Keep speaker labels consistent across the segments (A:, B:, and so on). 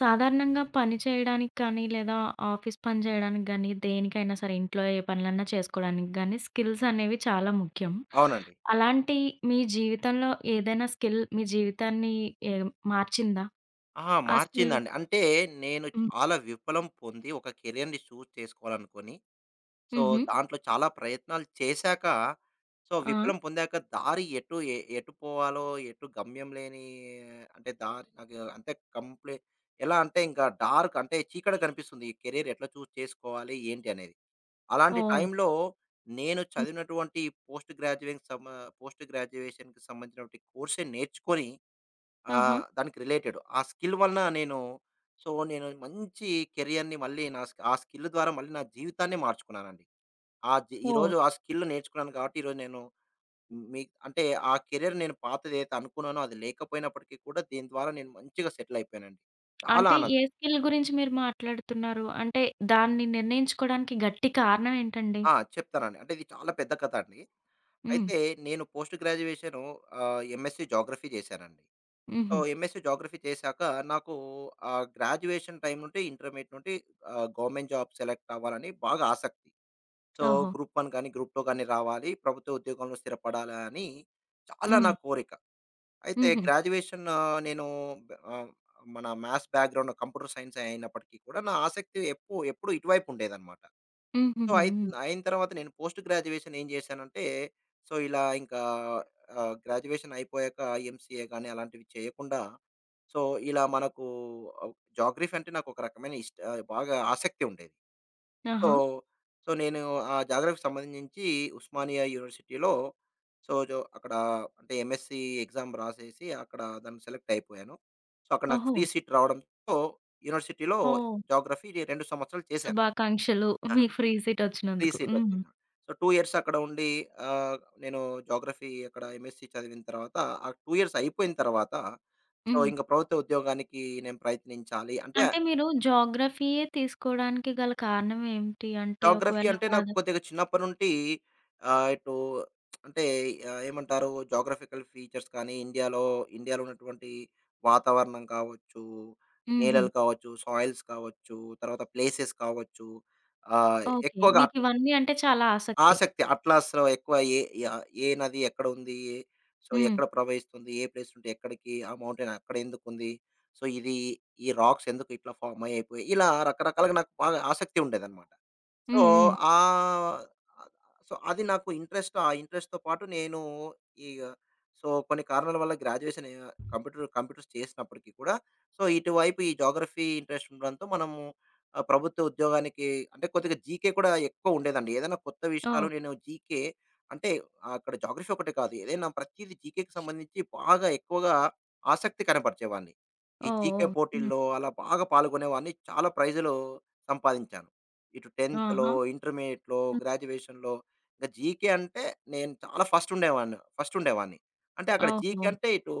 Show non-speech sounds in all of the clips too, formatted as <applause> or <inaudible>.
A: సాధారణంగా పని చేయడానికి కానీ, లేదా ఆఫీస్ పని చేయడానికి గానీ, దేనికైనా సరే ఇంట్లో ఏ పనులన్నా చేసుకోవడానికి గానీ, స్కిల్స్ అనేవి చాలా ముఖ్యం.
B: అవునండి.
A: అలాంటి మీ జీవితంలో ఏదైనా స్కిల్ మీ జీవితాన్ని ఏ మార్చిందా?
B: అహా!
A: ఆ స్కిల్.
B: మార్చిందండి. అంటే నేను
A: హ్మ్.
B: చాలా విఫలం పొంది ఒక కెరియర్‌ని చూజ్ చేసుకోవాలనుకోని, సో,
A: హుహు.
B: దాంట్లో చాలా ప్రయత్నాలు చేశాక, సో,
A: ఆ!
B: విఫలం పొందాక దారి ఎటు పోవాలో, ఎటు గమ్యం లేని అంటే దారి నాకు అంటే కంప్లీ ఎలా అంటే ఇంకా డార్క్ అంటే చీకటి కనిపిస్తుంది. ఈ కెరియర్ ఎట్లా చూజ్ చేసుకోవాలి, ఏంటి అనేది. అలాంటి
A: ఓహ్!
B: టైంలో నేను
A: హ్మ్.
B: చదివినటువంటి పోస్ట్ గ్రాడ్యుయేషన్ సమ పోస్ట్ గ్రాడ్యుయేషన్‌కి సంబంధించినటువంటి కోర్సే నేర్చుకొని ఆ!
A: ఆహా!
B: దానికి రిలేటెడ్. ఆ స్కిల్ వలన నేను సో, నేను మంచి కెరియర్‌ని మళ్ళీ నా ఆ స్కిల్ ద్వారా మళ్ళీ నా జీవితాన్నే మార్చుకున్నానండి. ఆ జీ
A: ఓహ్!
B: ఈరోజు ఆ స్కిల్ నేర్చుకున్నాను కాబట్టి ఈరోజు నేను మీ అంటే ఆ కెరియర్ నేను పాతదేదైతే అనుకున్నానో అది లేకపోయినప్పటికీ కూడా దీని ద్వారా నేను మంచిగా సెటిల్ అయిపోయానండి. చాలా
A: అంటే
B: ఆనందం.
A: ఏ స్కిల్ గురించి మీరు మాట్లాడుతున్నారు? అంటే దాన్ని నిర్ణయించుకోవడానికి గట్టి కారణం ఏంటండి?
B: ఆ! చెప్తానండి. అంటే ఇది చాలా పెద్ద కథ అండి.
A: హ్మ్.
B: అయితే నేను ఎంఎస్‌సి జియోగ్రఫీ చేశానండి. సో,
A: హుహు.
B: ఎంఎస్‌సి జియోగ్రఫీ చేశాక నాకు గ్రాడ్యుయేషన్ టైమ్ నుండి, ఇంటర్మీడియేట్ నుండి గవర్నమెంట్ జాబ్ సెలెక్ట్ అవ్వాలని బాగా ఆసక్తి. సో,
A: ఓహో!
B: గ్రూప్ వన్ గాని, గ్రూప్ టూ గాని రావాలి. ప్రభుత్వ ఉద్యోగంలో స్థిరపడాలని చాలా నా
A: హ్మ్.
B: కోరిక. అయితే
A: హుహు.
B: గ్రాడ్యుయేషన్ ఆ, నేను ఆహ్, మన మ్యాథ్స్ బ్యాక్‌గ్రౌండ్ కంప్యూటర్ సైన్స్ అయినప్పటికీ కూడా, నా ఆసక్తి ఎప్పుడు ఇటువైపు ఉండేదన్నమాట. సో,
A: హుహుహు.
B: అయిత్
A: హ్మ్.
B: అయిన తర్వాత నేను పోస్ట్ గ్రాడ్యుయేషన్ ఏం జేశానంటే, సో, ఇలా ఇంకా గ్రాడ్యుయేషన్ అయిపోయాక ఎంసీఏ గాని అలాంటివి చేయకుండా, సో, ఇలా మనకు ఆహ్, జాగ్రఫీ అంటే నాకు ఒక రకమైన బాగా ఆసక్తి ఉండేది. సో,
A: ఆహా!
B: నేను ఆ జాగ్రఫీకి సంబంధించి ఉస్మానియా యూనివర్సిటీలో సో, జో అక్కడ అంటే ఎంఎస్‌సీ ఎగ్జామ్ రాసేసి అక్కడ దాంట్లో సెలెక్ట్ అయిపోయాను. సో, అక్కడ నాకు
A: ఓహో!
B: ఫ్రీ సీట్ రావడంతో యూనివర్సిటీలో
A: ఓహ్!
B: జాగ్రఫీ 2 సంవత్సరాలు చేశాను.
A: శుభాకాంక్షలు. మీకు ఫ్రీ సీట్
B: ఫ్రీ
A: వచ్చినందుకు.
B: సీట్
A: హ్మ్.
B: వచ్చింది. సో, 2 ఇయర్స్ అక్కడ ఉండి ఆహ్, నేను జాగ్రఫీ అక్కడ ఎంఎస్సీ చదివిన తర్వాత ఆ 2 ఇయర్స్ అయిపోయిన తర్వాత, సో,
A: హ్మ్.
B: ఇంక ప్రభుత్వ ఉద్యోగానికి నేను ప్రయత్నించాలి. అంటే
A: అంటే మీరు జోగ్రఫీయే తీసుకోవడానికి గల కారణం ఏంటి? అంటే
B: జాగ్రఫీ
A: ఒకవేళ
B: అంటే
A: అక్కడ
B: నాకు
A: అదొక.
B: కొద్దిగా చిన్నప్పటి నుండి ఇటు అంటే ఏమంటారు జాగ్రఫికల్ ఫీచర్స్ కానీ, ఇండియాలో ఇండియాలో ఉన్నటువంటి వాతావరణం కావచ్చు,
A: హుహు.
B: నేలలు కావచ్చు, సాయిల్స్ కావచ్చు, తర్వాత ప్లేసెస్ కావచ్చు. ఆహ్,
A: ఓకే.
B: ఎక్కువగా
A: మీకివన్నీ అంటే చాలా ఆసక్తి.
B: ఆసక్తి. అట్లాస్‌లో ఎక్కువ ఏ నది ఎక్కడుంది? సో,
A: హ్మ్.
B: ఎక్కడ ప్రవహిస్తుంది? ఏ ప్లేస్ ఉంటే ఎక్కడికి? ఆ మౌంటైన్ అక్కడెందుకుంది? సో, ఇది ఈ రాక్స్ ఎందుకు ఇట్లా ఫార్మ్ అయ్యిపోయాయి? ఇలా రకరకాలుగా నాకు బాగా ఆసక్తి ఉండేదన్నమాట. సో,
A: హ్మ్. హ్మ్.
B: ఆహ్, సో, అది నాకు ఇంట్రెస్ట్. ఆ ఇంట్రెస్ట్‌తో పాటు నేను ఇగ సో, కొన్ని కారణాల వల్ల గ్రాడ్యుయేషన్ కంప్యూటర్స్ చేసినప్పటికీ కూడా, సో, ఇటువైపు ఈ జియోగ్రఫీ ఇంట్రెస్ట్ ఉండడంతో మనము ప్రభుత్వ ఉద్యోగానికి అంటే కొద్దిగా జీకే కూడా ఎక్కువ ఉండేదండి. ఏదైనా కొత్త విషయాలు
A: ఓహ్!
B: నేను జీకే అంటే అక్కడ జియోగ్రఫీ ఒకటే కాదు. ఏదైనా ప్రతీది జీకేకి సంబంధించి బాగా ఎక్కువగా ఆసక్తి కనపరిచేవాడిని. ఈ
A: ఓహ్!
B: జీకే
A: ఓహ్! హ్మ్.
B: పోటీల్లో అలా బాగా పాల్గొనేవాడిని. చాలా ప్రైజులు సంపాదించాను. ఇటు 10థ్‌లో,
A: ఆహా!
B: ఇంటర్మీడియేట్‌లో,
A: హ్మ్.
B: గ్రాడ్యుయేషన్‌లో ఇంక జీకే అంటే నేను చాలా ఫస్ట్ ఉండేవాడిని. ఫస్ట్ ఉండేవాడిని. అంటే అక్కడ జీకే
A: ఓహో!
B: అంటే ఇటు,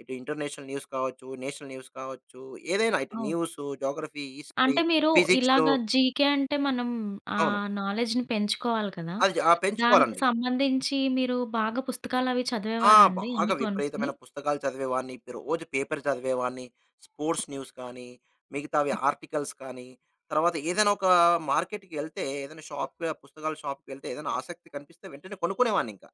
B: ఇటు ఇంటర్నేషనల్ న్యూస్ కావచ్చు, నేషనల్ న్యూస్ కావచ్చు, ఏదైనా ఇటు
A: ఓహ్!
B: న్యూసు, జోగ్రఫీ, హిస్టరీ,
A: అంటే మీరు
B: ఫిజిక్సు.
A: ఇలాగ జీకే అంటే మనం ఆ
B: అవును.
A: నాలెడ్జ్‌ని పెంచుకోవాలి కదా!
B: అది
A: దానికి
B: పెంచుకోవాలండి.
A: సంబంధించి మీరు బాగా పుస్తకాలవి
B: ఆ!
A: చదివేవారా అండి? అన్నీ
B: బాగా
A: కొనుక్కొని?
B: విపరీతమైన పుస్తకాలు చదివేవాడిని. రోజు పేపర్ చదివేవాడిని. స్పోర్ట్స్ న్యూస్ కానీ, మిగతావి ఆర్టికల్స్ కానీ, తర్వాత ఏదైనా ఒక మార్కెట్‌కి ఎళ్తే, ఏదైనా షాప్‌కి పుస్తకాల షాప్‌కి ఎళ్తే ఏదైనా ఆసక్తి కనిపిస్తే వెంటనే కొనుక్కునేవాడినింక.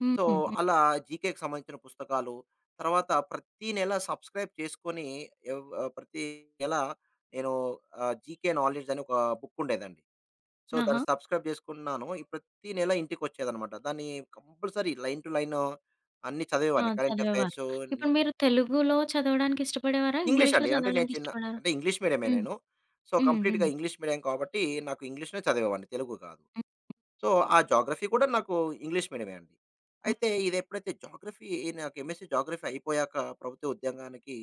A: హుహు.
B: సో,
A: హ్మ్.
B: అలా జీకేకి సంబంధించిన పుస్తకాలు, తర్వాత ప్రతి నెల సబ్‌స్క్రైబ్ చేసుకొని ప్రతి నెల నేను 'జీకే నాలెడ్జ్' అని ఒక బుక్ ఉండేదండి. సో,
A: ఆహా!
B: దాన్ని సబ్‌స్క్రైబ్ చేసుకున్నాను. ఈ ప్రతి నెల ఇంటికొచ్చేదనమాట. దాన్ని కంపల్సరీ లైన్ టు లైన్ అన్నీ
A: ఆ!
B: చదివేవాడిని. కరెంట్
A: చదివేవారు.
B: అఫైర్సు. ని
A: ఇప్పుడు మీరు తెలుగులో చదవడానికి ఇష్టపడేవారా?
B: ఇంగ్లీష్
A: ఇంగ్లీష్‌లో
B: అండి. అంటే నేను
A: చదవడానికి
B: చిన్న
A: ఇష్టపడారా?
B: అంటే ఇంగ్లీష్ మీడియమే
A: హ్మ్.
B: నేను. సో,
A: హ్మ్.
B: కంప్లీట్‌గా
A: హ్మ్.
B: ఇంగ్లీష్ మీడియం కాబట్టి నాకు ఇంగ్లీష్‌నే చదివేవాడిని, తెలుగు కాదు.
A: హ్మ్.
B: సో, ఆ జోగ్రఫీ కూడా నాకు ఇంగ్లీష్ మీడియమే అండి.
A: హ్మ్.
B: అయితే ఇదెప్పుడైతే జోగ్రఫీ నాకు ఎంఎస్‌సీ జోగ్రఫీ అయిపోయాక ప్రభుత్వ ఉద్యోగానికి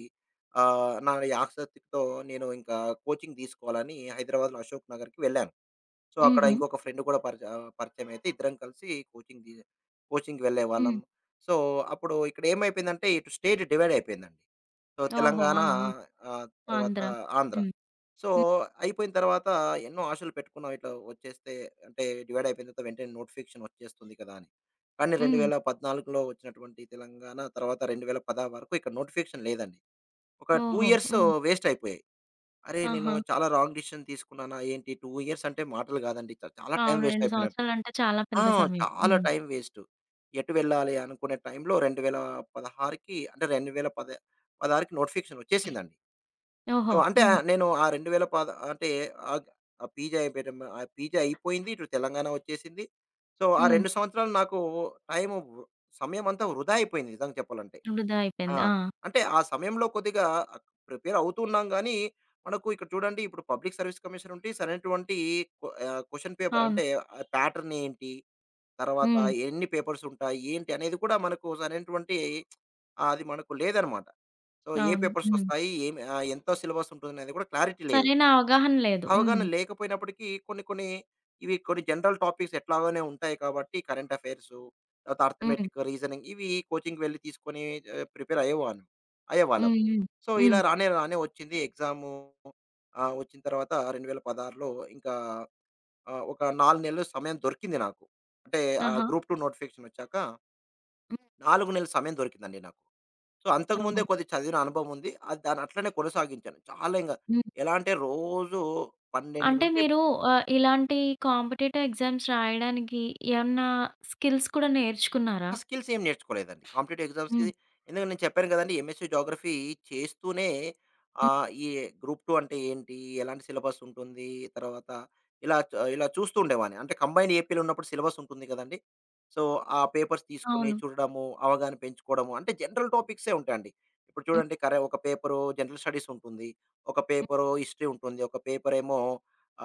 B: నా ఈ ఆసక్తితో నేను ఇంకా కోచింగ్ తీసుకోవాలని హైదరాబాద్‌లో అశోక్ నగర్‌కి వెళ్ళాను. సో, అక్కడ
A: హుహు.
B: ఇంకొక ఫ్రెండ్ కూడా పరిచయం అయితే ఇద్దరం కలిసి కోచింగ్‌కి
A: హ్మ్.
B: వెళ్ళేవాళ్ళం. సో, అప్పుడు ఇక్కడ ఏమైపోయిందంటే ఇటు స్టేట్ డివైడ్ అయిపోయిందండి. సో,
A: ఓహో!
B: తెలంగాణ
A: ఆ! ఆ!
B: తర్వాత
A: ఆంధ్ర.
B: ఆంధ్ర.
A: హ్మ్.
B: సో,
A: హ్మ్.
B: అయిపోయిన తర్వాత ఎన్నో ఆశలు పెట్టుకున్నాం. ఇట్లా వచ్చేస్తే అంటే డివైడ్ అయిపోయిన తర్వాత వెంటనే నోటిఫికేషన్ వచ్చేస్తుంది కదా అని. కానీ
A: హ్మ్.
B: 2014లో వచ్చినటువంటి తెలంగాణ తర్వాత 2016 వరకు ఇక్కడ నోటిఫికేషన్ లేదండి. ఒక 2
A: ఓహో!
B: ఇయర్స్
A: హ్మ్.
B: వేస్ట్ అయిపోయాయి. అరే! నేను
A: ఆహా!
B: చాలా రాంగ్ డిసిషన్ తీసుకున్నానా ఏంటి? 2 ఇయర్స్ అంటే మాటలు కాదండి. చాలా టైం
A: అవును.
B: వేస్ట్
A: 2
B: అయిపోయినట్టు.
A: సంవత్సరాలంటే చాలా
B: ఆ!
A: పెద్ద సమయం.
B: చాలా
A: హ్మ్.
B: Time waste. ఎటు వెళ్ళాలి అనుకునే టైంలో 2016కి అంటే 2016 16కి నోటిఫికేషన్ వచ్చేసిందండి. సో,
A: ఓహో!
B: అంటే
A: హ్మ్.
B: నేను ఆ 2010 అంటే ఆహ్, ఆ పీజీ అయిపోయింది. ఇటు తెలంగాణ వచ్చేసింది. సో, ఆ
A: హ్మ్.
B: 2 సంవత్సరాలు నాకు టైము సమయం అంతా వృధా అయిపోయింది నిజంగా చెప్పాలంటే.
A: వృధా
B: ఆ!
A: అయిపోయింది. ఆ!
B: అంటే ఆ సమయంలో కొద్దిగా ప్రిపేర్ అవుతున్నాం గానీ, మనకు ఇక్కడ చూడండి ఇప్పుడు పబ్లిక్ సర్వీస్ కమిషన్ ఉంటే సరైనటువంటి క్వెషన్ పేపర్
A: అవును.
B: అంటే ఆ ప్యాటర్న్ ఏంటి? తర్వాత
A: హ్మ్.
B: ఎన్ని పేపర్స్ ఉంటాయి? ఏంటి? అనేది కూడా మనకు సరైనటువంటి ఆ, అది మనకు లేదనమాట. సో, ఏ
A: అవును.
B: పేపర్స్
A: హ్మ్.
B: వస్తాయి? ఏమి ఎంత సిలబస్ ఉంటుందనేది కూడా క్లారిటీ లేదు.
A: సరైన అవగాహన లేదు. హ్మ్.
B: అవగాహన లేకపోయినప్పటికీ కొన్ని కొన్ని ఇవి కొన్ని జనరల్ టాపిక్స్ ఎట్లాగోనే ఉంటాయి కాబట్టి కరెంట్ అఫైర్సు, తర్వాత
A: హ్మ్.
B: అర్థమెటిక్, రీజనింగ్ ఇవి కోచింగ్‌కి వెళ్లి తీసుకొని ప్రిపేర్ అయ్యేవాను. అయ్యేవాళ్ళం.
A: హ్మ్. హ్మ్.
B: సో, ఇలా
A: హ్మ్.
B: రానే రానే వచ్చింది ఎగ్జాము. వచ్చిన తర్వాత 2016లో ఇంకా ఒక 4 నెలలు సమయం దొరికింది నాకు. అంటే
A: ఆహా!
B: గ్రూప్ 2 నోటిఫికేషన్ వచ్చాక
A: హ్మ్.
B: 4 నెలల సమయం దొరికిందండి నాకు. సో, అంతకుముందే
A: అవును.
B: కొద్దిగా చదివిన అనుభవం ఉంది. అది దాన్నట్లనే కొనసాగించాను. చాలా
A: హ్మ్.
B: ఎలా అంటే రోజు 12
A: అంటే
B: నుండి
A: మీరు ఇలాంటి కాంపిటీటివ్ ఎగ్జామ్స్ రాయడానికి ఏమన్నా స్కిల్స్ కూడా నేర్చుకున్నారా?
B: ఆ స్కిల్స్ ఏం నేర్చుకోలేదండి. కాంపిటేటివ్ ఎగ్జామ్స్‌కి
A: హ్మ్.
B: ఎందుకంటే నేను చెప్పాను కదండీ! ఎంఎస్‌సి జియోగ్రఫీ చేస్తూనే
A: హ్మ్.
B: ఈ గ్రూప్ 2 అంటే ఏంటి? ఎలాంటి సిలబస్ ఉంటుంది? తర్వాత ఇలా చూస్తూ ఉండేవాడిని. అంటే కంబైన్డ్ ఏపీలో ఉన్నప్పుడు సిలబస్ ఉంటుంది కదండీ! సో, ఆ పేపర్స్ తీసుకొని
A: అవును.
B: చూడడము, అవగాహన పెంచుకోవడము. అంటే జనరల్ టాపిక్సే ఉంటాయండి. ఇప్పుడు
A: హ్మ్.
B: చూడండి కరే ఒక పేపరు జనరల్ స్టడీస్ ఉంటుంది. ఒక
A: హ్మ్.
B: పేపరు హిస్టరీ ఉంటుంది. ఒక పేపరేమో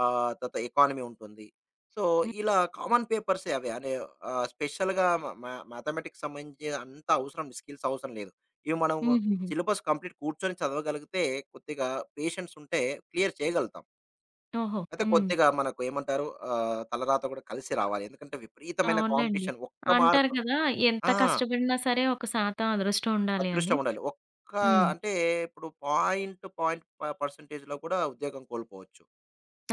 B: తర్వాత ఎకానమీ ఉంటుంది. సో,
A: హ్మ్.
B: ఇలా కామన్ పేపర్సే అవి. అనే స్పెషల్‌గా మ మ్యా మ్యాథమెటిక్స్ సంబంధించి అంత అవసరం స్కిల్స్ అవసరం లేదు. ఇవి మనము
A: హుహు.
B: సిలబస్ కంప్లీట్ కూర్చొని చదవగలిగితే కొద్దిగా పేషెన్స్ ఉంటే క్లియర్ చేయగలుగుతాం.
A: ఓహో!
B: అయితే
A: హ్మ్.
B: కొద్దిగా మనకు ఏమంటారు తలరాత కూడా కలిసి రావాలి. ఎందుకంటే విపరీతమైన
A: అవునులెండి.
B: కాంపిటీషన్ ఒక్క
A: అంటారు
B: మార్క్.
A: కదా! ఎంత
B: ఆ!
A: కష్టపడినా సరే ఒక శాతం అదృష్టం ఉండాలి
B: అదృష్టం
A: అని.
B: ఉండాలి. ఒక్క
A: హ్మ్.
B: అంటే ఇప్పుడు పాయింట్ పర్సెంటేజ్‌లో కూడా ఉద్యోగం కోల్పోవచ్చు.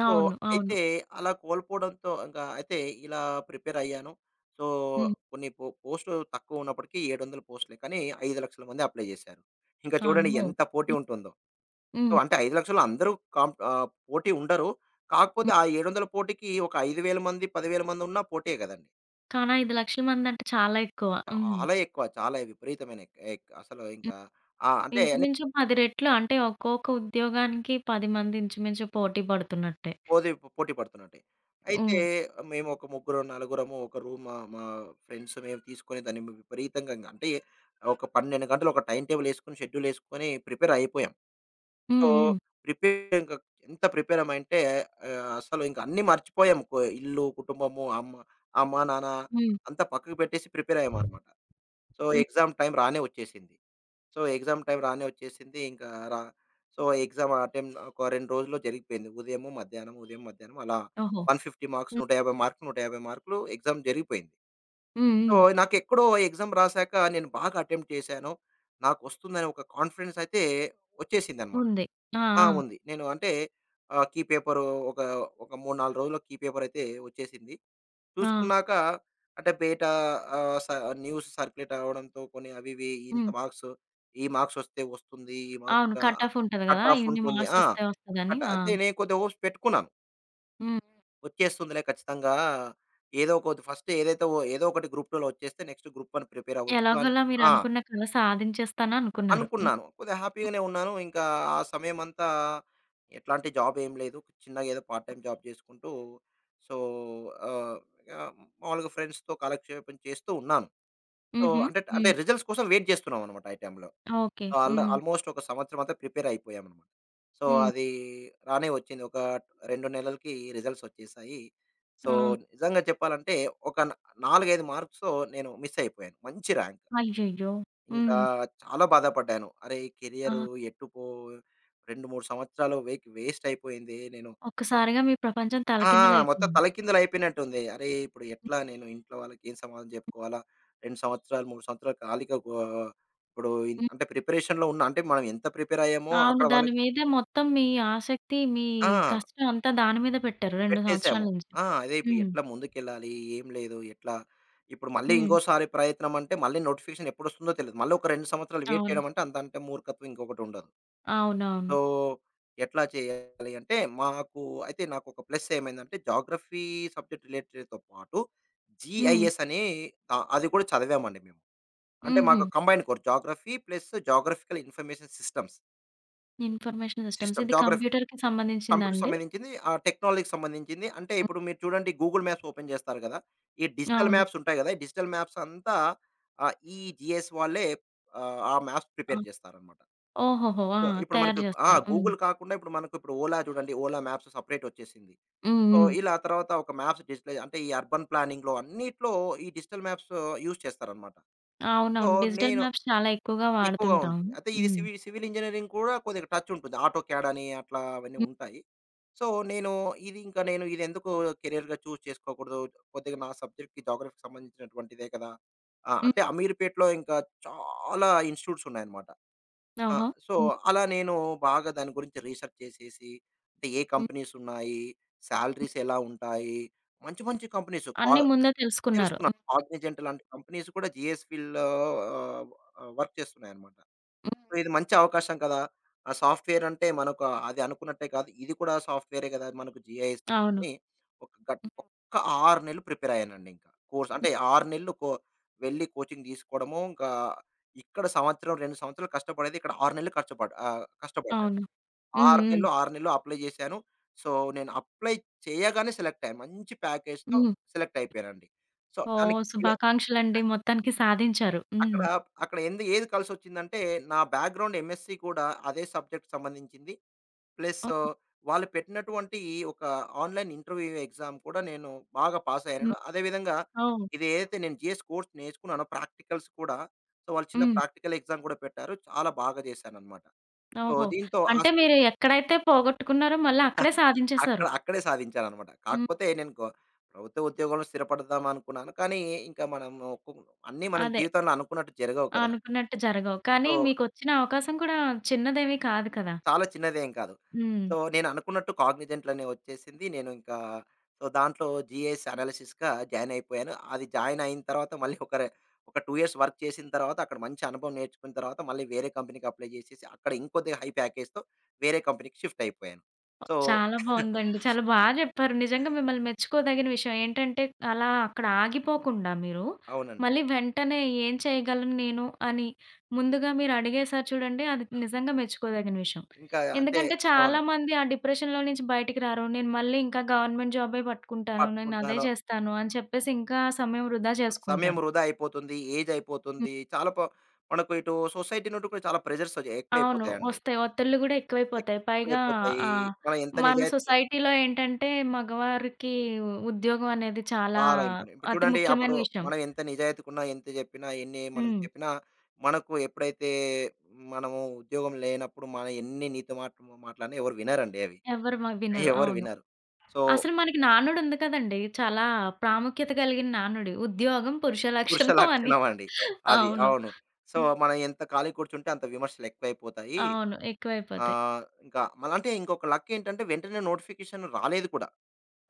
B: సో,
A: అవును. అవును.
B: అయితే అలా కోల్పోవడంతో ఇంకా అయితే ఇలా ప్రిపేర్ అయ్యాను. సో,
A: హ్మ్.
B: కొన్ని పోస్టులు తక్కువ ఉన్నప్పటికీ 700 పోస్టులే. కానీ 5,00,000 మంది అప్లై చేశారు. ఇంకా చూడండి
A: అమ్మో!
B: ఎంత పోటీ
A: హ్మ్.
B: ఉంటుందో. సో,
A: హ్మ్.
B: అంటే 5,00,000 అందరూ పోటీ ఉండరు. కాకపోతే
A: హ్మ్.
B: ఆ 700 పోటీకి ఒక 5,000 మంది, 10,000 మంది ఉన్నా పోటే కదండీ.
A: కానీ 5,00,000 మంది అంటే చాలా ఎక్కువ. హ్మ్.
B: చాలా ఎక్కువ. చాలా విపరీతమైన ఎక్ ఎక్ అసలు
A: హ్మ్.
B: ఇంకా ఆ! అంటే
A: ఇంచుమించు 10 రెట్లు అంటే ఒక్కొక్క ఉద్యోగానికి 10 మంది ఇంచుమించు పోటీ పడుతున్నట్టే.
B: పోది పోటీ పడుతున్నట్టే. అయితే
A: హ్మ్.
B: మేము ఒక ముగ్గురు, నలుగురము ఒక రూమ్ మా మా ఫ్రెండ్స్ మేము తీసుకొని దాన్ని విపరీతంగా అంటే ఒక 12 గంటలు ఒక టైమ్ టేబుల్ ఏసుకొని, షెడ్యూల్ ఏసుకొని ప్రిపేర్ అయిపోయాం. సో,
A: హ్మ్. హ్మ్.
B: ప్రిపేర్ ఇంక ఎంత ప్రిపేర్ అయ్యామంటే అసలు ఇంక అన్నీ మర్చిపోయాము. ఇల్లు, కుటుంబము, అమ్మ అమ్మ, నాన్న
A: హ్మ్.
B: అంతా పక్కకు పెట్టేసి ప్రిపేర్ అయ్యామనమాట. సో,
A: హ్మ్.
B: ఎగ్జామ్ టైమ్ రానే వచ్చేసింది. సో, ఎగ్జామ్ టైమ్ రానే వచ్చేసింది. ఇంకా రా సో, ఎగ్జామ్ అటెంప్ట్ ఒక 2 రోజుల్లో జరిగిపోయింది. ఉదయము, మధ్యాహ్నం, ఉదయం, మధ్యాహ్నం అలా
A: ఓహో! హ్మ్.
B: 150 మార్కులు, 150 మార్కులు ఎగ్జామ్ జరిగిపోయింది.
A: హ్మ్.
B: సో,
A: హ్మ్.
B: నాకెక్కడో ఎగ్జామ్ రాసాక నేను బాగా అటెంప్ట్ చేశాను. నాకొస్తుందనే ఒక కాన్ఫిడెన్స్ అయితే వచ్చేసిందనమాట.
A: ఉంది. ఆ!
B: ఆ!
A: ఆ!
B: ఉంది. నేను అంటే కీ పేపరు ఒక, ఒక 3, 4 రోజుల్లో కీ పేపర్ అయితే వచ్చేసింది.
A: ఆ!
B: చూసుకున్నాక అంటే బయట ఆహ్, స న్యూస్ సర్క్యులేట్ అవ్వడంతో కొన్ని అవి ఇవి ఇంత
A: హ్మ్.
B: మార్క్స్, ఈ మార్క్స్ వస్తే వస్తుంది. ఈ
A: అవును.
B: మార్క్స్
A: కట్ ఆఫ్ ఉంటది గదా!
B: కట్ ఆఫ్
A: ఇన్ని
B: ఉంటుంది.
A: మార్క్స్
B: ఆ!
A: వస్తే వస్తదని.
B: కట్
A: ఆ!
B: అంటే నేను కొద్దిగా హోప్స్ పెట్టుకున్నాను.
A: హ్మ్.
B: వచ్చేస్తుందిలే ఖచ్చితంగా. ఏదో ఒకటి ఫస్ట్ ఏదైతే ఓ ఏదో ఒకటి గ్రూప్ 2లో వచ్చేస్తే నెక్స్ట్ గ్రూప్ 1 ప్రిపేర్ అవ్వచ్చు అని
A: ఎలాగోలా
B: ఆ!
A: మీరనుకున్న కల సాధించేస్తాననుకున్నారు. హ్మ్.
B: అనుకున్నాను. కొద్దిగా హ్యాపీగానే ఉన్నాను. ఇంకా ఆ సమయమంతా ఎట్లాంటి జాబ్ ఏం లేదు. చిన్నగా ఏదో పార్ట్ టైమ్ జాబ్ చేసుకుంటూ సో, ఆహ్, ఆహ్, మామూలుగా ఫ్రెండ్స్‌తో కాలక్షేపం చేస్తూ ఉన్నాను. సో,
A: హుహు.
B: అంటే అంటే
A: హ్మ్.
B: రిజల్ట్స్ కోసం వెయిట్ చేస్తున్నామనమాట ఈ టైంలో.
A: ఓకే.
B: సో,
A: హ్మ్.
B: ఆల్మోస్ట్ ఒక సంవత్సరం అంతా ప్రిపేర్ అయిపోయామనమాట. సో,
A: హ్మ్.
B: అది రానే వచ్చింది. ఒక 2 నెలలకి రిజల్ట్స్ వచ్చేసాయి. సో,
A: ఆ!
B: నిజంగా చెప్పాలంటే ఒక న 4, 5 మార్క్స్‌తో నేను మిస్ అయిపోయాను. మంచి ర్యాంక్.
A: అయ్యయ్యో!
B: ఇంకా
A: హ్మ్.
B: చాలా బాధపడ్డాను. అరే!
A: ఆ!
B: కెరియర్ ఎట్టుపో 2, 3 సంవత్సరాలు వేక్ వేస్ట్ అయిపోయింది. నేను
A: ఒక్కసారిగా మీ ప్రపంచం
B: ఆ! మొత్తం
A: తలకిందలైపోయింది.
B: తలకిందులయిపోయినట్టుంది. అరే! ఇప్పుడు ఎట్లా నేను ఇంట్లో వాళ్ళకి ఏం సమాధానం చెప్పుకోవాలా? 2 సంవత్సరాలు, 3 సంవత్సరాలు ఖాళీగా ఇప్పుడు
A: హ్మ్.
B: అంటే ప్రిపరేషన్‌లో ఉన్న అంటే మనం ఎంత ప్రిపేర్ అయ్యామో
A: అవును.
B: అక్కడ
A: దాని
B: వాళ్ళకి
A: మీదే మొత్తం మీ ఆసక్తి, మీ
B: ఆ!
A: కష్టం అంతా దాని మీద పెట్టారు 2 సంవత్సరాల
B: పెట్టేసాము.
A: నుంచి.
B: ఆ! అదే ఇప్పుడు
A: హ్మ్.
B: ఎట్లా ముందుకెళ్ళాలి? ఏం లేదు ఎట్లా? ఇప్పుడు మళ్ళీ
A: హ్మ్.
B: ఇంకోసారి ప్రయత్నం అంటే మళ్ళీ నోటిఫికేషన్ ఎప్పుడొస్తుందో తెలీదు. మళ్ళీ ఒక 2 సంవత్సరాలు వెయిట్
A: అవును.
B: చేయడం అంటే అంత అంటే మూర్ఖత్వం ఇంకొకటి ఉండదు.
A: అవునవును.
B: సో, ఎట్లా చేయాలి అంటే, మాకు అయితే నాకొక ప్లస్ ఏమైందంటే, జాగ్రఫీ సబ్జెక్ట్ రిలేటెడ్‌తో పాటు
A: హ్మ్.
B: జీఐఎస్ అని అది కూడా చదివామండి మేము. అంటే
A: హుహు.
B: మాకు combined course geography plus geographical information systems.
A: Information systems.
B: System
A: ఇది
B: జాగ్రఫీ
A: కంప్యూటర్‌కి సంబంధించిందా
B: కంప్యూటర్‌కి
A: అండి?
B: సంబంధించింది, టెక్నాలజీకి సంబంధించింది. అంటే
A: హ్మ్.
B: ఇప్పుడు మీరు చూడండి గూగుల్ మ్యాప్స్ ఓపెన్ చేస్తారు కదా! ఈ డిజిటల్
A: అవును.
B: మ్యాప్స్ ఉంటాయి కదా! ఈ డిజిటల్ మ్యాప్స్ అంతా ఈ జీఎస్ వాళ్ళే ఆ మ్యాప్స్
A: ఆ!
B: ప్రిపేర్ చేస్తారన్నమాట.
A: ఓహోహో! ఆ!
B: సో, ఇప్పుడు
A: తయారు
B: మనకు ఆ!
A: జేస్తారు. హ్మ్.
B: గూగుల్ కాకుండా ఇప్పుడు మనకు ఇప్పుడు ఓలా చూడండి. ఓలా మ్యాప్స్ సెపరేట్ వచ్చేసింది.
A: హ్మ్.
B: సో,
A: హ్మ్.
B: ఇలా తర్వాత ఒక మ్యాప్స్ డిజిటలైజ్ అంటే ఈ అర్బన్ ప్లానింగ్‌లో అన్నిట్లో ఈ డిజిటల్ మ్యాప్స్ యూజ్ చేస్తారనమాట. సో,
A: అవునవును. డిజిటల్
B: నేను
A: మ్యాప్స్ చాలా ఎక్కువగా
B: ఎక్కువగా
A: వాడుతుంటాం.
B: ఉంటుంది. అయితే ఇది
A: హ్మ్.
B: సివిల్ ఇంజినీరింగ్ కూడా కొద్దిగా టచ్ ఉంటుంది. ఆటో క్యాడ్ అని అట్లా అవన్నీ
A: హ్మ్.
B: ఉంటాయి. సో, నేను ఇది ఇంకా నేను ఇది ఎందుకు కెరియర్‌గా చూజ్ చేసుకోకూడదు. కొద్దిగా నా సబ్జెక్ట్‌కి జాగ్రఫీకి సంబంధించినటువంటిదే కదా! ఆ!
A: హ్మ్.
B: అంటే అమీర్‌పేట్‌లో ఇంకా చాలా ఇన్స్టిట్యూట్స్ ఉన్నాయన్నమాట. ఆ!
A: ఓహో!
B: సో,
A: హ్మ్.
B: అలా నేను బాగా దాని గురించి రీసెర్చ్ చేసేసి, అంటే ఏ
A: హ్మ్.
B: కంపెనీస్ ఉన్నాయి,
A: హ్మ్.
B: సాలరీస్ ఎలా ఉంటాయి, మంచి మంచి కంపెనీస్ కా
A: అన్నీ ముందే తెలుసుకున్నారు.
B: తెలుసుకున్నాను.
A: హ్మ్.
B: కాగ్నిజెంట్ లాంటి కంపెనీస్ కూడా జీఎస్ ఫీల్డ్‌లో వర్క్ చేస్తున్నాయన్నమాట. సో,
A: హ్మ్.
B: ఇది మంచి అవకాశం కదా! ఆ సాఫ్ట్‌వేర్ అంటే మనకు అది అనుకున్నట్టే కాదు. ఇది కూడా సాఫ్ట్‌వేరే కదా! మనకు జీఐఎస్
A: అవును.
B: అని ఒక గట్
A: హ్మ్.
B: ఒక్క 6 నెలలు ప్రిపేర్ అయ్యానండి ఇంకా. కోర్స్ అంటే
A: హ్మ్.
B: 6 నెలలు కో వెళ్లి కోచింగ్ తీసుకోవడము. ఇంకా ఇక్కడ సంవత్సరం, 2 సంవత్సరాలు కష్టపడేది ఇక్కడ 6 నెలలు కష్టపడ్డాను.
A: అవును. హ్మ్.
B: 6
A: హ్మ్.
B: నెలలు, 6 నెలలు అప్లై చేశాను. సో, నేను అప్లై చేయగానే సెలెక్ట్ అయ్యాను. మంచి ప్యాకేజ్‌తో
A: హ్మ్.
B: సెలెక్ట్ అయిపోయానండి. సో,
A: ఓహ్!
B: దానికి
A: శుభాకాంక్షలండి. మొత్తానికి సాధించారు. హ్మ్.
B: అక్కడ అక్కడ ఏది కలిసొచ్చిందంటే, నా బ్యాక్‌గ్రౌండ్ ఎంఎస్‌సి కూడా అదే సబ్జెక్ట్‌కి సంబంధించింది. ప్లస్
A: ఓహ్!
B: వాళ్ళు పెట్టినటువంటి ఒక ఆన్‌లైన్ ఇంటర్వ్యూ ఎగ్జామ్ కూడా నేను బాగా పాసయ్యాను.
A: హ్మ్.
B: అదే విధంగా
A: ఓహ్!
B: ఇది ఏదైతే నేను జీఎస్ కోర్స్ నేర్చుకున్నానో ప్రాక్టికల్స్ కూడా, సో వాళ్ళు చిన్న
A: హ్మ్.
B: ప్రాక్టికల్ ఎగ్జామ్ కూడా పెట్టారు. చాలా బాగా చేశాననమాట. సో
A: ఓహో!
B: దీంతో
A: అంటే మీరు ఎక్కడైతే పోగొట్టుకున్నారో మళ్ళీ అక్కడే
B: <laughs>
A: సాధించేసారు.
B: అక్కడే సాధించాననమాట.
A: హ్మ్.
B: కాకపోతే నేను ప్రభుత్వ ఉద్యోగంలో స్థిరపడదాం అనుకున్నాను. కానీ ఇంకా మనం ఒక్కొ అన్నీ మనం
A: అదే.
B: జీవితంలో అనుకున్నట్టు జరగవు కదా!
A: అనుకున్నట్టు జరగవు. కానీ
B: సో
A: మీకొచ్చిన అవకాశం కూడా చిన్నదేమీ కాదు కదా!
B: చాలా చిన్నదేం కాదు.
A: హ్మ్.
B: సో, నేననుకున్నట్టు కాగ్నిజెంట్‌లోనే వచ్చేసింది. నేను ఇంకా సో, దాంట్లో జీఎస్ అనాలిసిస్‌గా జాయిన్ అయిపోయాను. అది జాయిన్ అయిన తర్వాత మళ్ళీ ఒక 2 ఇయర్స్ వర్క్ చేసిన తర్వాత అక్కడ మంచి అనుభవం నేర్చుకున్న తర్వాత మళ్ళీ వేరే కంపెనీకి అప్లై చేసేసి అక్కడ ఇంకొద్దిగా హై ప్యాకేజ్‌తో వేరే కంపెనీకి షిఫ్ట్ అయిపోయాను. సో
A: చాలా బావుందండి.
B: <laughs>
A: చాలా బా జెప్పారు. నిజంగా మిమ్మల్ని మెచ్చుకోదగిన విషయం ఏంటంటే, అలా అక్కడ ఆగిపోకుండా మీరు,
B: అవునండి.
A: మళ్ళీ వెంటనే ఏం చేయగలను నేను అని ముందుగా మీరు అడిగేసారు చూడండి, అది నిజంగా మెచ్చుకోదగిన విషయం.
B: ఇంకా అంటే
A: ఎందుకంటే
B: అవును.
A: చాలామంది ఆ డిప్రెషన్‌లో నుంచి బయటికి రారు. నేను మళ్ళీ ఇంకా గవర్నమెంట్ జాబే పట్టుకుంటాను. నేను అదే
B: పట్టుకుంటాను.
A: చేస్తాను అని చెప్పేసి ఇంకా సమయం వృధా
B: సమయం
A: చేసుకుంటారు.
B: వృధా అయిపోతుంది. ఏజ్ అయిపోతుంది. చాలా మనకు ఇటు సొసైటీ నుండి కూడా చాలా ప్రెషర్స్
A: అవును.
B: ఎక్కువైపోతాయండి.
A: వస్తాయి. ఒత్తిళ్ళు గూడా ఎక్కువైపోతాయి. పైగా
B: ఎక్కువైపోతాయి.
A: ఆహ్,
B: మనం ఎంత
A: మన
B: నిజాయితీగా
A: సొసైటీలో ఏంటంటే మగవారికి ఉద్యోగం అనేది చాలా
B: చాలా ఇంపార్టెంట్. ఇప్పుడు
A: అతి
B: చూడండి అప్పుడు
A: ముఖ్యమైన విషయం.
B: మనం ఎంత నిజాయితీగున్నా, ఎంత చెప్పినా, ఎన్ని మనం
A: హ్మ్.
B: చెప్పినా, మనకు ఎప్పుడైతే మనము ఉద్యోగం లేనప్పుడు మన ఎన్ని నీతి మాటలన్నా ఎవరు వినరండి అవి.
A: ఎవ్వరు వినరు.
B: ఎవరు
A: అవును.
B: వినరు. సో,
A: అసలు మనకి నానుడు ఉంది కదండీ. చాలా ప్రాముఖ్యత కలిగిన నానుడి. ఉద్యోగం పురుష
B: పురుష
A: లక్షణం అని.
B: లక్షణం అండి అది.
A: అవును.
B: అవును. సో,
A: హ్మ్.
B: మనం ఎంత ఖాళీ కూర్చుంటే అంత విమర్శలు ఎక్కువైపోతాయి.
A: అవును. ఎక్కువైపోతాయి.
B: ఇంకా అంటే ఇంకొక ఏంటంటే వెంటనే నోటిఫికేషన్ రాలేదు కూడా.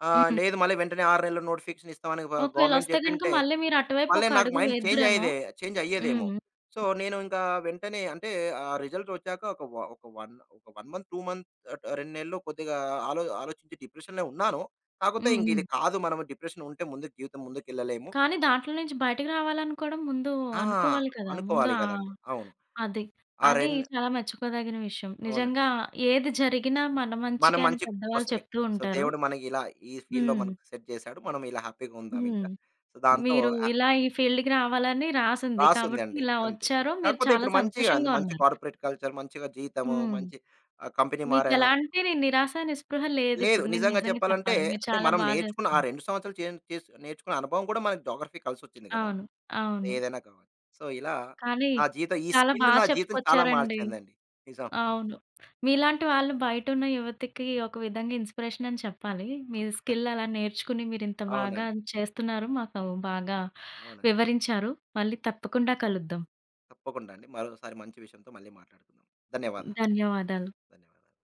A: హ్మ్.
B: లేదు మళ్ళీ వెంటనే 6 నెలల నోటిఫికేషన్ ఇస్తామని
A: ఒకవేళ
B: గవర్నమెంట్
A: వస్తే గనుక
B: చెప్పింటే
A: మళ్ళీ మీరు అటువైపు
B: మళ్ళీ
A: ఒక
B: నాకు
A: అడుగు
B: మైండ్ చేంజ్
A: వేద్దురేమో.
B: అయ్యేదే చేంజ్ అయ్యేదేమో.
A: హ్మ్.
B: సో, నేను ఇంకా వెంటనే అంటే ఆ రిజల్ట్ వచ్చాక ఒక వ ఒక 1 ఒక 1 మంత్, 2 మంత్ అట్ 2 నెలలు కొద్దిగా ఆలోచించి డిప్రెషన్‌లో ఉన్నాను. కాకపోతే
A: హ్మ్.
B: ఇంక
A: హ్మ్.
B: ఇది కాదు మనము డిప్రెషన్ ఉంటే ముందుకు జీవితం ముందుకెళ్ళలేము.
A: కానీ దాంట్లో నుంచి బయటకి రావాలని కూడా ముందు
B: ఆ!
A: అనుకోవాలి కదా! ముందు
B: అనుకోవాలి
A: ఆ
B: గదండీ. అవును.
A: అది.
B: ఆ
A: అది
B: రెన్
A: చాలా మెచ్చుకోదగిన విషయం. నిజంగా
B: అవునండి.
A: ఏది జరిగినా మన
B: మన
A: మంచికే అని
B: మంచి
A: పెద్దవాళ్ళు
B: కోసమే.
A: చెప్తూ
B: సో,
A: ఉంటారు.
B: దేవుడు మనకి ఇలా ఈ ఫీల్డ్‌లో
A: హ్మ్.
B: మనకు సెట్ చేసాడు. మనం ఇలా హ్యాపీగా ఉందాం
A: హ్మ్.
B: ఇంకా. సో, దాంతో
A: మీరు
B: ఆ
A: ఇలా ఈ ఫీల్డ్‌కి రావాలని రాసుంది. కాబట్టి
B: రాసుందండి.
A: ఇలా
B: అంతే.
A: వచ్చారు. మీరు
B: కాకపోతే
A: చాలా
B: ఇప్పుడు మంచిగా అండి.
A: సంతోషంగా
B: మంచి
A: ఉన్నారు.
B: కార్పొరేట్ కల్చర్, మంచిగా జీతము,
A: హ్మ్.
B: మంచి కంపెనీ మారాను.
A: మీకెలాంటి నిరాశ, నిస్పృహ
B: లేదు.
A: లేదిప్పుడు నేను
B: నిజంగా
A: నిజంగా
B: చెప్పాలంటే
A: చెప్పాలంటే. మీరు
B: అంటే
A: చాలా
B: మనం
A: బా
B: నేర్చుకున్న ఆ
A: చేస్తున్నారు.
B: 2 సంవత్సరాలు చేన్ చేస్ నేర్చుకున్న అనుభవం కూడా మనకు జోగ్రఫీ కలిసొచ్చింది గదండీ.
A: అవును. అవును.
B: ఏదైనా కావచ్చు. సో, ఇలా
A: కానీ చాలా బా
B: నా జీవితం చాలా
A: చెప్పుకొచ్చారండి.
B: మార్చిందండి. నిజం.
A: అవును. మీలాంటి వాళ్ళు బయటున్న యువతకి ఒక విధంగా ఇన్‌స్పిరేషన్ అని చెప్పాలి. మీ
B: అ
A: స్కిల్ అలా నేర్చుకుని మీరింత బాగా
B: అవునండి.
A: చేస్తున్నారు. మాకు బాగా
B: అవునండి.
A: వివరించారు. మళ్ళీ తప్పకుండా కలుద్దాం.
B: తప్పకుండా అండి. మరోసారి మంచి విషయంతో మళ్ళీ మాట్లాడుకుందాం. ధన్యవాదాలు.
A: ధన్యవాదాలు.
B: ధన్యవాదాలు.